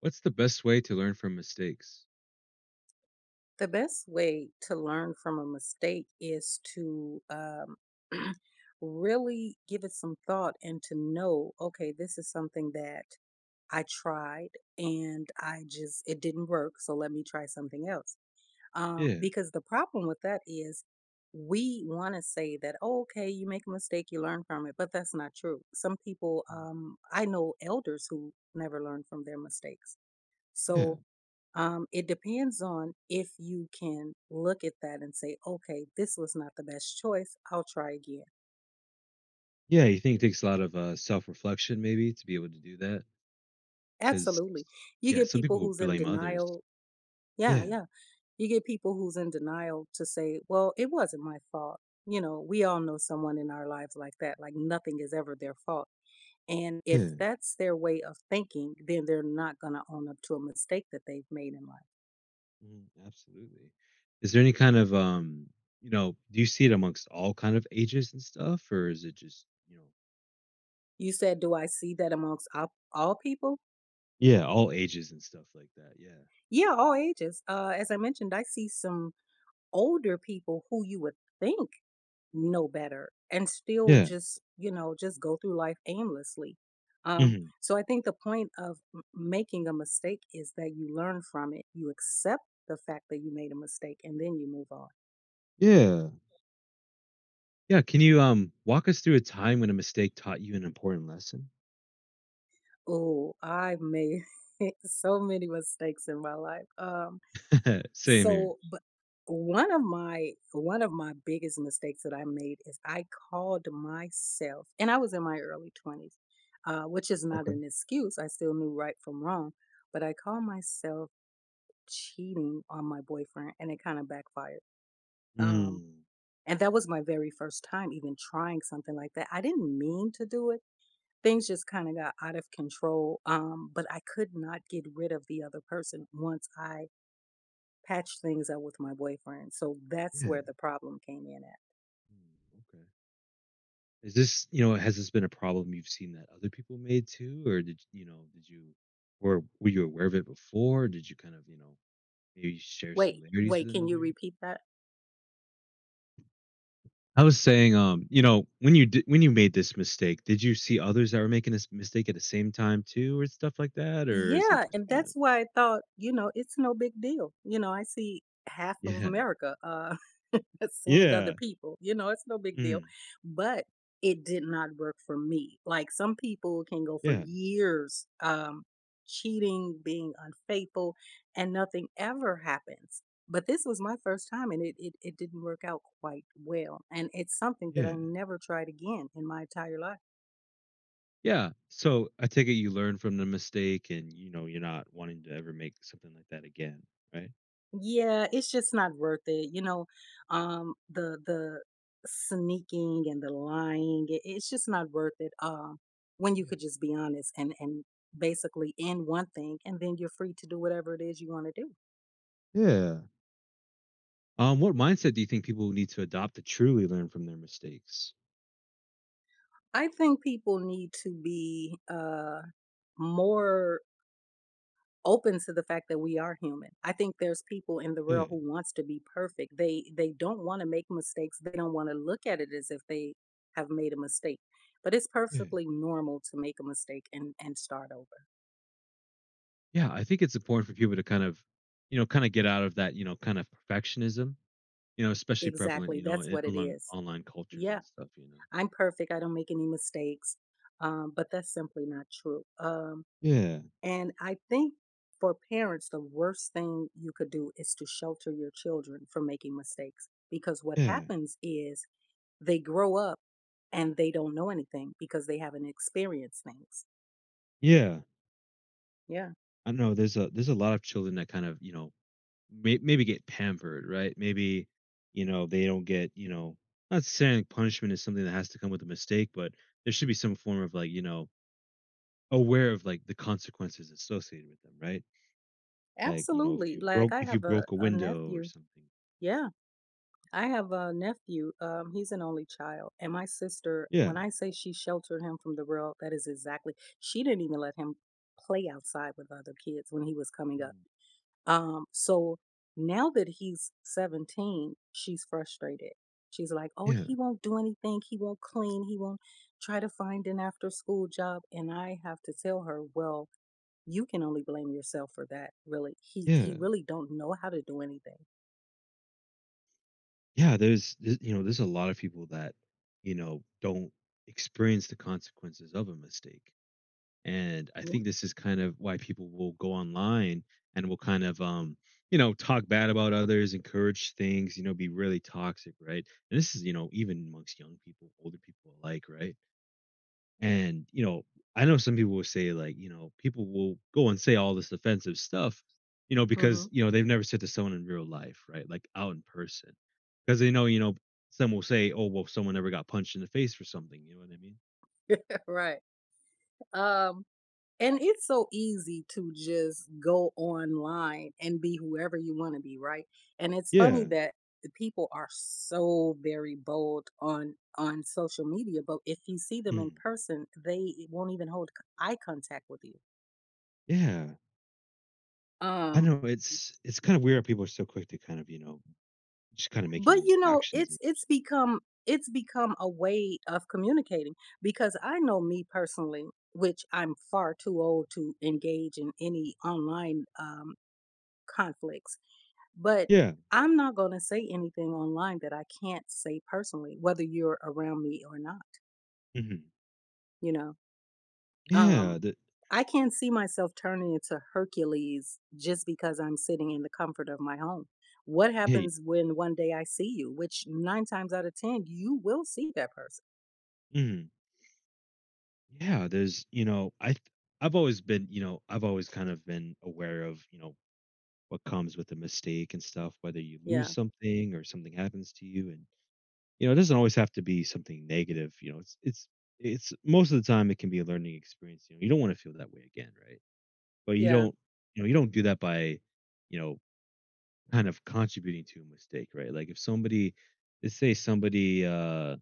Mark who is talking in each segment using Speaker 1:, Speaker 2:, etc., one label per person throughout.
Speaker 1: What's the best way to learn from mistakes?
Speaker 2: The best way to learn from a mistake is to really give it some thought and to know, okay, this is something that I tried and I just, it didn't work. So let me try something else. Um,
Speaker 1: Yeah.
Speaker 2: because the problem with that is we want to say that, oh, okay, you make a mistake, you learn from it, but that's not true. Some people,
Speaker 1: Mm.
Speaker 2: I know elders who never learn from their mistakes.
Speaker 1: Yeah.
Speaker 2: So, it depends on if you can look at that and say, okay, this was not the best choice. I'll try again.
Speaker 1: Yeah. You think it takes a lot of self reflection, maybe, to be able to do that? Because,
Speaker 2: Absolutely. You
Speaker 1: yeah,
Speaker 2: get
Speaker 1: some
Speaker 2: people
Speaker 1: people will
Speaker 2: who's in
Speaker 1: blame others.
Speaker 2: denial. Yeah,
Speaker 1: Yeah.
Speaker 2: yeah. You get people who's in denial to say, well, it wasn't my fault. You know, we all know someone in our lives like that, like nothing is ever their fault. And if
Speaker 1: Yeah.
Speaker 2: that's their way of thinking, then they're not going to own up to a mistake that they've made in life.
Speaker 1: Mhm. Absolutely. Is there any kind of, you know, do you see it amongst all kind of ages and stuff, or is it just,
Speaker 2: You said, do I see that amongst all people?
Speaker 1: yeah, all ages and stuff like that? Yeah.
Speaker 2: Yeah, all ages. As I mentioned, I see some older people who you would think know better and still
Speaker 1: Yeah.
Speaker 2: just you know just go through life aimlessly. um
Speaker 1: Hmm.
Speaker 2: so I think the point of making a mistake is that you learn from it, you accept the fact that you made a mistake, and then you move on.
Speaker 1: Yeah. Yeah. Can you walk us through a time when a mistake taught you an important lesson?
Speaker 2: Oh, I've made so many mistakes in my life.
Speaker 1: Same here.
Speaker 2: So, but one of my biggest mistakes that I made is I called myself, and I was in my early 20s, which is not
Speaker 1: Okay.
Speaker 2: an excuse. I still knew right from wrong, but I called myself cheating on my boyfriend, and it kind of backfired. Um,
Speaker 1: Mm.
Speaker 2: and that was my very first time even trying something like that. I didn't mean to do it. Things just kind of got out of control. But I could not get rid of the other person once I patch things up with my boyfriend. So that's
Speaker 1: Yeah.
Speaker 2: where the problem came in at.
Speaker 1: Mm, okay. Is this, you know, has this been a problem you've seen that other people made too, or did you know, did you, or were you aware of it before? Did you kind of, maybe share
Speaker 2: Wait,
Speaker 1: similarities
Speaker 2: wait,
Speaker 1: with
Speaker 2: can you
Speaker 1: another?
Speaker 2: repeat that?
Speaker 1: I was saying, you know, when you made this mistake, did you see others that were making this mistake at the same time too, or stuff like that, or is it
Speaker 2: Yeah,
Speaker 1: just
Speaker 2: and
Speaker 1: kind
Speaker 2: that's
Speaker 1: of?
Speaker 2: why I thought, it's no big deal. You know, I see half of
Speaker 1: Yeah.
Speaker 2: America seeing other
Speaker 1: Yeah.
Speaker 2: people. You know, it's no big deal.
Speaker 1: Mm,
Speaker 2: But it did not work for me. Like some people can go for
Speaker 1: yeah.
Speaker 2: years cheating, being unfaithful, and nothing ever happens. But this was my first time and it didn't work out quite well. And it's something that I
Speaker 1: Yeah.
Speaker 2: never tried again in my entire life.
Speaker 1: Yeah. So I take it you learn from the mistake, and you know you're not wanting to ever make something like that again, right?
Speaker 2: Yeah, it's just not worth it. The sneaking and the lying, it's just not worth it. When you
Speaker 1: Yeah.
Speaker 2: could just be honest and basically end one thing, and then you're free to do whatever it is you want to do.
Speaker 1: Yeah. What mindset do you think people need to adopt to truly learn from their mistakes?
Speaker 2: I think people need to be more open to the fact that we are human. I think there's people in the
Speaker 1: Yeah,
Speaker 2: world who wants to be perfect. They don't want to make mistakes. They don't want to look at it as if they have made a mistake. But it's
Speaker 1: yeah.
Speaker 2: perfectly normal to make a mistake and start over.
Speaker 1: Yeah, I think it's important for people to kind of, you know, kind of get out of that, you know, kind of perfectionism, you know, especially prevalent,
Speaker 2: Exactly.
Speaker 1: you know,
Speaker 2: That's
Speaker 1: in
Speaker 2: what it
Speaker 1: online
Speaker 2: is.
Speaker 1: online cultures
Speaker 2: Yeah,
Speaker 1: and stuff, you know.
Speaker 2: I'm perfect. I don't make any mistakes. But that's simply not true. Um,
Speaker 1: Yeah,
Speaker 2: and I think for parents, the worst thing you could do is to shelter your children from making mistakes because what
Speaker 1: yeah.
Speaker 2: happens is they grow up and they don't know anything because they haven't experienced things.
Speaker 1: Yeah,
Speaker 2: Yeah,
Speaker 1: I know there's a lot of children that kind of, you know, maybe get pampered, right? Maybe, you know, they don't get, you know, not saying punishment is something that has to come with a mistake, but there should be some form of, like, you know, aware of, like, the consequences associated with them, right? Like, you know, if
Speaker 2: absolutely.
Speaker 1: you
Speaker 2: Like
Speaker 1: broke
Speaker 2: I
Speaker 1: if you
Speaker 2: have a,
Speaker 1: broke a
Speaker 2: a
Speaker 1: window or
Speaker 2: nephew.
Speaker 1: something.
Speaker 2: Yeah, I have a nephew. He's an only child. And my sister,
Speaker 1: Yeah.
Speaker 2: when I say she sheltered him from the world, that is exactly, she didn't even let him play outside with other kids when he was coming up.
Speaker 1: Mm.
Speaker 2: So now that he's 17, she's frustrated. She's like, "Oh,
Speaker 1: Yeah.
Speaker 2: he won't do anything. He won't clean. He won't try to find an after school job." And I have to tell her, "Well, you can only blame yourself for that, really. He
Speaker 1: Yeah.
Speaker 2: really don't know how to do anything."
Speaker 1: Yeah, there's th you know, there's a lot of people that, you know, don't experience the consequences of a mistake, and I
Speaker 2: Yeah.
Speaker 1: think this is kind of why people will go online and will kind of, you know, talk bad about others, encourage things, you know, be really toxic, right? And this is, you know, even amongst young people, older people alike, right? And, you know, I know some people will say, like, you know, people will go and say all this offensive stuff, you know, because,
Speaker 2: Mhm.
Speaker 1: you know, they've never said to someone in real life, right? Like out in person. Because they know, you know, some will say, oh, well, someone never got punched in the face for something. You know what I mean?
Speaker 2: Right. Um And it's so easy to just go online and be whoever you want to be, right? And it's funny
Speaker 1: Yeah.
Speaker 2: that the people are so very bold on social media, but if you see them in
Speaker 1: Mm.
Speaker 2: person, they won't even hold eye contact with you.
Speaker 1: Yeah. I
Speaker 2: Um,
Speaker 1: know it's kind of weird how people are so quick to kind of, you know, just kind of making
Speaker 2: but
Speaker 1: those actions.
Speaker 2: it's become a way of communicating because I know me personally, which I'm far too old to engage in any online conflicts. But
Speaker 1: Yeah.
Speaker 2: I'm not going to say anything online that I can't say personally, whether you're around me or not,
Speaker 1: Hmm.
Speaker 2: you know?
Speaker 1: Yeah.
Speaker 2: Um, I can't see myself turning into Hercules just because I'm sitting in the comfort of my home. What
Speaker 1: Hey.
Speaker 2: happens when one day I see you, which nine times out of 10, you will see that person.
Speaker 1: Mhm. Yeah. There's, you know, I've always been, you know, I've always kind of been aware of, you know, what comes with a mistake and stuff, whether you
Speaker 2: Yeah,
Speaker 1: lose something or something happens to you, and, you know, it doesn't always have to be something negative, you know, it's most of the time it can be a learning experience, you know, you don't wanna feel that way again, right? But you
Speaker 2: yeah,
Speaker 1: don't, you know, you don't do that by, you know, kind of contributing to a mistake, right? Like, if somebody, let's say somebody,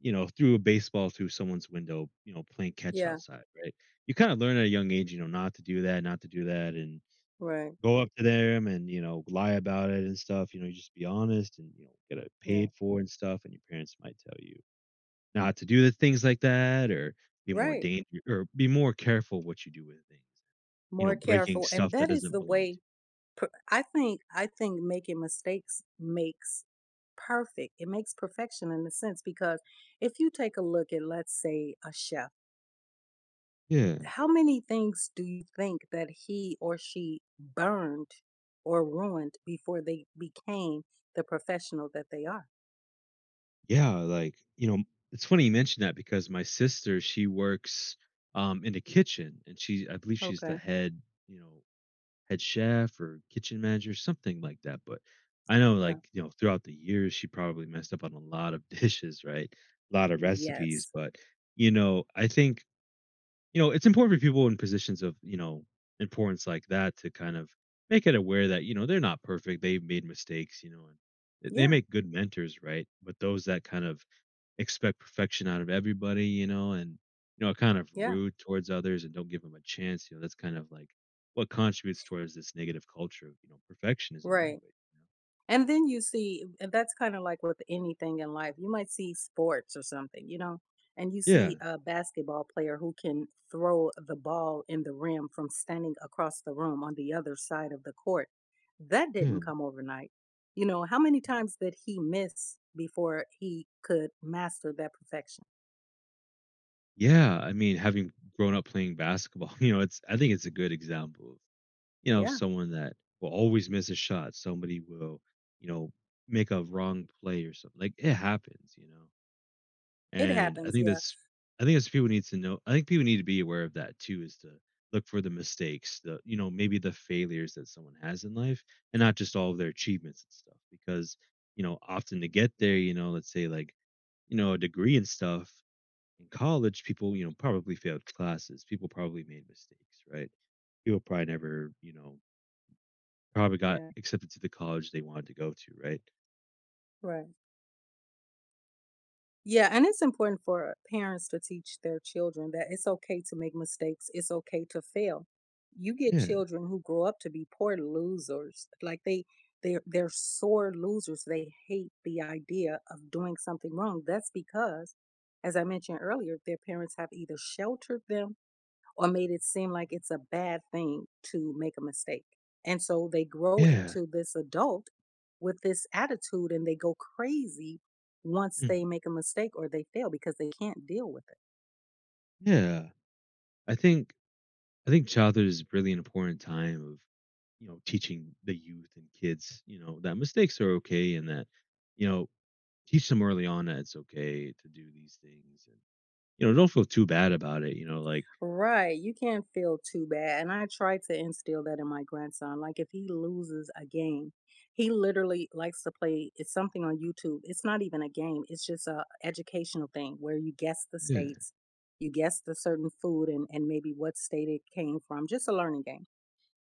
Speaker 1: you know, threw a baseball through someone's window, you know, playing catch
Speaker 2: yeah,
Speaker 1: outside, right? You kinda learn at a young age, you know, not to do that, and
Speaker 2: right,
Speaker 1: go up to them and, you know, lie about it and stuff, you know, just be honest and, you know, get it
Speaker 2: yeah,
Speaker 1: paid for and stuff, and your parents might tell you not to do the things like that or be more
Speaker 2: right.
Speaker 1: dangerous or be more careful what you do with things, you know,
Speaker 2: More
Speaker 1: breaking
Speaker 2: careful. And
Speaker 1: stuff that
Speaker 2: that is
Speaker 1: doesn't
Speaker 2: the
Speaker 1: belong
Speaker 2: way. Per I think making mistakes makes perfect. It makes perfection in a sense because if you take a look at, let's say, a chef,
Speaker 1: to you. Yeah.
Speaker 2: how many things do you think that he or she burned or ruined before they became the professional that they are?
Speaker 1: Yeah, like, you know, it's funny you mentioned that because my sister, she works, in the kitchen and she I believe she's the
Speaker 2: Okay.
Speaker 1: head, you know, head chef or kitchen manager, something like that. But I know,
Speaker 2: Yeah.
Speaker 1: like, you know, throughout the years, she probably messed up on a lot of dishes, right? A lot of recipes.
Speaker 2: Yes.
Speaker 1: But, you know, I think, you know, it's important for people in positions of, you know, importance like that to kind of make it aware that, you know, they're not perfect. They've made mistakes, you know, and they
Speaker 2: Yeah.
Speaker 1: make good mentors, right? But those that kind of expect perfection out of everybody, you know, and you know, are kind of
Speaker 2: Yeah.
Speaker 1: rude towards others and don't give them a chance. You know, that's kind of like what contributes towards this negative culture of, you know, perfectionism
Speaker 2: Right.
Speaker 1: anyway. You know?
Speaker 2: And then you see, and that's kind of like with anything in life. You might see sports or something, you know, and you
Speaker 1: Yeah,
Speaker 2: see a basketball player who can throw the ball in the rim from standing across the room on the other side of the court. That
Speaker 1: yeah.
Speaker 2: didn't come overnight. You know, how many
Speaker 1: Mhm.
Speaker 2: times did he miss before he could master that perfection?
Speaker 1: Yeah. I mean, having grown up playing basketball, you know, it's, I think it's a good example of, you know,
Speaker 2: Yeah,
Speaker 1: someone that will always miss a shot. Somebody will, you know, make a wrong play or something. Like it happens, you know.
Speaker 2: it
Speaker 1: And I
Speaker 2: happens.
Speaker 1: think
Speaker 2: Yeah,
Speaker 1: that's, I think that's people need to know. I think people need to be aware of that too, is to look for the mistakes, the, you know, maybe the failures that someone has in life and not just all of their achievements and stuff. Because, you know, often to get there, you know, let's say like, you know, a degree and stuff in college, people, you know, probably failed classes. People probably made mistakes, right? People probably never, you know, probably got
Speaker 2: yeah,
Speaker 1: accepted to the college they wanted to go to, right?
Speaker 2: right. Yeah, and it's important for parents to teach their children that it's okay to make mistakes, it's okay to fail. You get
Speaker 1: Yeah.
Speaker 2: children who grow up to be poor losers. Like they're sore losers. They hate the idea of doing something wrong. That's because as I mentioned earlier, their parents have either sheltered them or made it seem like it's a bad thing to make a mistake. And so they grow
Speaker 1: Yeah.
Speaker 2: into this adult with this attitude and they go crazy once they
Speaker 1: Mm.
Speaker 2: make a mistake or they fail because they can't deal with it.
Speaker 1: Yeah. I think I think childhood is really an important time of, you know, teaching the youth and kids, you know, that mistakes are okay and that, you know, teach them early on that it's okay to do these things and, you know, don't feel too bad about it, you know, like,
Speaker 2: Right. You can't feel too bad. And I try to instill that in my grandson. Like if he loses a game, he literally likes to play it's something on YouTube. It's not even a game. It's just a educational thing where you guess the
Speaker 1: yeah,
Speaker 2: states, you guess the certain food and maybe what state it came from. Just a learning game.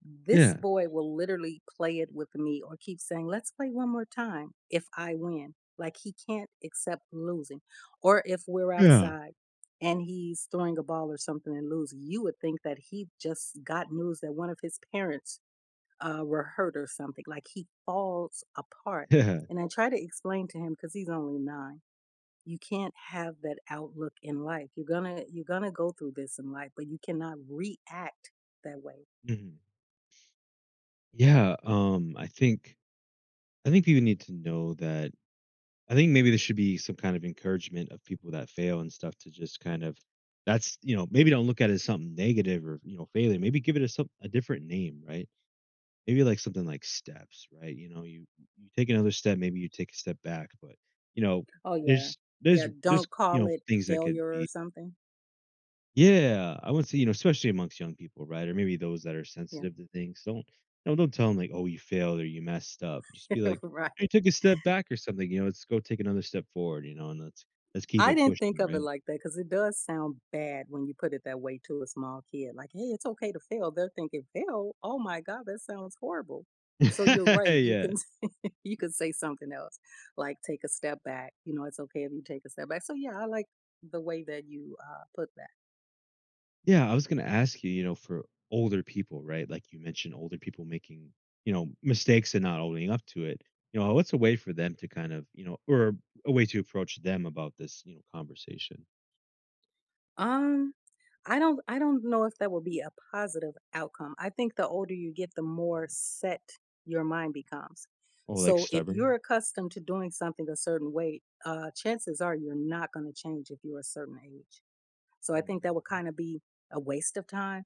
Speaker 2: This
Speaker 1: yeah.
Speaker 2: boy will literally play it with me or keep saying, let's play one more time if I win. Like he can't accept losing. Or if we're
Speaker 1: Yeah.
Speaker 2: outside and he's throwing a ball or something and lose, you would think that he just got news that one of his parents were hurt or something. Like he falls apart.
Speaker 1: Yeah,
Speaker 2: And I try to explain to him because he's only 9, you can't have that outlook in life. You're gonna go through this in life, but you cannot react that way.
Speaker 1: mhm, yeah. I think people need to know that. I think maybe there should be some kind of encouragement of people that fail and stuff to just kind of, that's, you know, maybe don't look at it as something negative or, you know, failure. Maybe give it a, some, a different name, right? Maybe like something like steps, right? You know, you take another step, maybe you take a step back, but you know,
Speaker 2: Oh, yeah.
Speaker 1: there's there's
Speaker 2: Yeah,
Speaker 1: there's
Speaker 2: don't
Speaker 1: you
Speaker 2: call
Speaker 1: know
Speaker 2: it
Speaker 1: things that could
Speaker 2: failure or
Speaker 1: be.
Speaker 2: something.
Speaker 1: Yeah, I would say, you know, especially amongst young people, right? Or maybe those that are
Speaker 2: Yeah,
Speaker 1: sensitive to things. Don't, no, don't tell them like, oh, you failed or you messed up. Just be like, you
Speaker 2: right.
Speaker 1: took a step back or something. You know, let's go take another step forward. You know, and let's keep
Speaker 2: I
Speaker 1: it
Speaker 2: didn't think
Speaker 1: pushing,
Speaker 2: of it
Speaker 1: right?
Speaker 2: like that because it does sound bad when you put it that way to a small kid. Like, hey, it's okay to fail. They're thinking, fail? Oh my God, that sounds horrible. So you're right. You
Speaker 1: Yeah.
Speaker 2: can you can say something else, like take a step back. You know, it's okay if you take a step back. So yeah, I like the way that you put that.
Speaker 1: Yeah, I was gonna ask you, you know, for older people, right? Like you mentioned older people making, you know, mistakes and not owning up to it. You know, what's a way for them to kind of, you know, or a way to approach them about this, you know, conversation?
Speaker 2: Um, I don't know if that will be a positive outcome. I think the older you get, the more
Speaker 1: Mm.
Speaker 2: set your mind becomes.
Speaker 1: Or like
Speaker 2: So if you're
Speaker 1: stubborn?
Speaker 2: accustomed to doing something a certain way, chances are you're not going to change if you're a certain age. So I think
Speaker 1: Mm.
Speaker 2: that would kind of be a waste of time.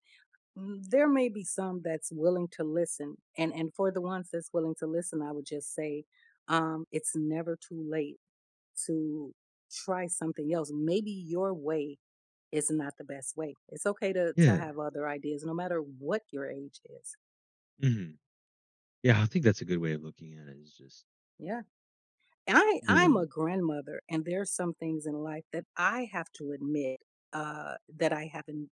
Speaker 2: There may be some that's willing to listen, and for the ones that's willing to listen, I would just say it's never too late to try something else. Maybe your way is not the best way. It's okay to
Speaker 1: Yeah.
Speaker 2: have other ideas no matter what your age is.
Speaker 1: Mhm. Yeah, I think that's a good way of looking at it is just,
Speaker 2: Yeah. And I
Speaker 1: you
Speaker 2: I'm a
Speaker 1: know.
Speaker 2: grandmother and there's some things in life that I have to admit that I haven't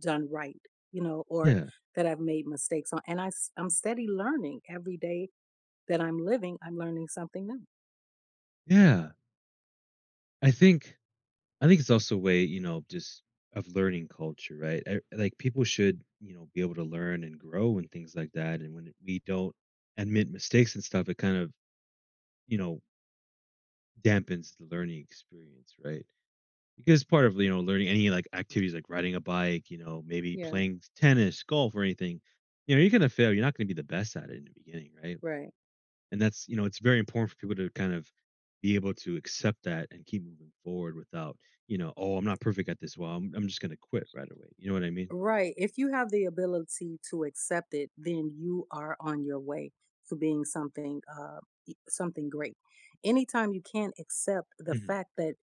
Speaker 2: done right, you know, or
Speaker 1: Yeah.
Speaker 2: that I've made mistakes on and I'm steady learning every day that I'm living, I'm learning something new.
Speaker 1: Yeah. I think I think it's also a way, you know, just of learning culture, right? Like people should, you know, be able to learn and grow and things like that. And when we don't admit mistakes and stuff, it kind of, you know, dampens the learning experience, right? Because part of, you know, learning any like activities like riding a bike, you know, maybe
Speaker 2: Yeah,
Speaker 1: playing tennis, golf, or anything, you know, you're going to fail. You're not going to be the best at it in the beginning, right?
Speaker 2: right.
Speaker 1: And that's, you know, it's very important for people to kind of be able to accept that and keep moving forward without, you know, oh, I'm not perfect at this. Well, I'm just going to quit right away. You know what I mean?
Speaker 2: Right. If you have the ability to accept it, then you are on your way to being something great. Anytime you can't accept the
Speaker 1: Hmm.
Speaker 2: fact that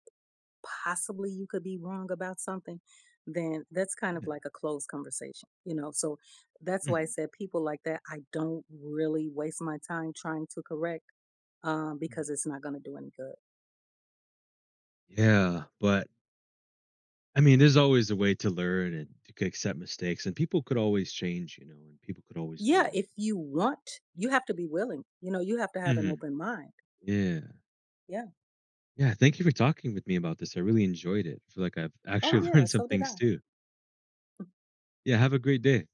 Speaker 2: possibly you could be wrong about something, then that's kind of
Speaker 1: Yeah.
Speaker 2: like a closed conversation, you know. So that's why I
Speaker 1: Mhm.
Speaker 2: said people like that, I don't really waste my time trying to correct because
Speaker 1: Mhm.
Speaker 2: it's not going to do any good.
Speaker 1: Yeah. But I mean, there's always a way to learn and to accept mistakes, and people could always change, you know, and people could always
Speaker 2: Yeah,
Speaker 1: learn.
Speaker 2: if you want, you have to be willing. You know, you have to have an
Speaker 1: Hmm.
Speaker 2: open mind.
Speaker 1: Yeah.
Speaker 2: Yeah.
Speaker 1: Yeah. Thank you for talking with me about this. I really enjoyed it. I feel like I've
Speaker 2: Oh
Speaker 1: actually
Speaker 2: yeah,
Speaker 1: learned some
Speaker 2: so did
Speaker 1: things
Speaker 2: I.
Speaker 1: too. Yeah. Have a great day.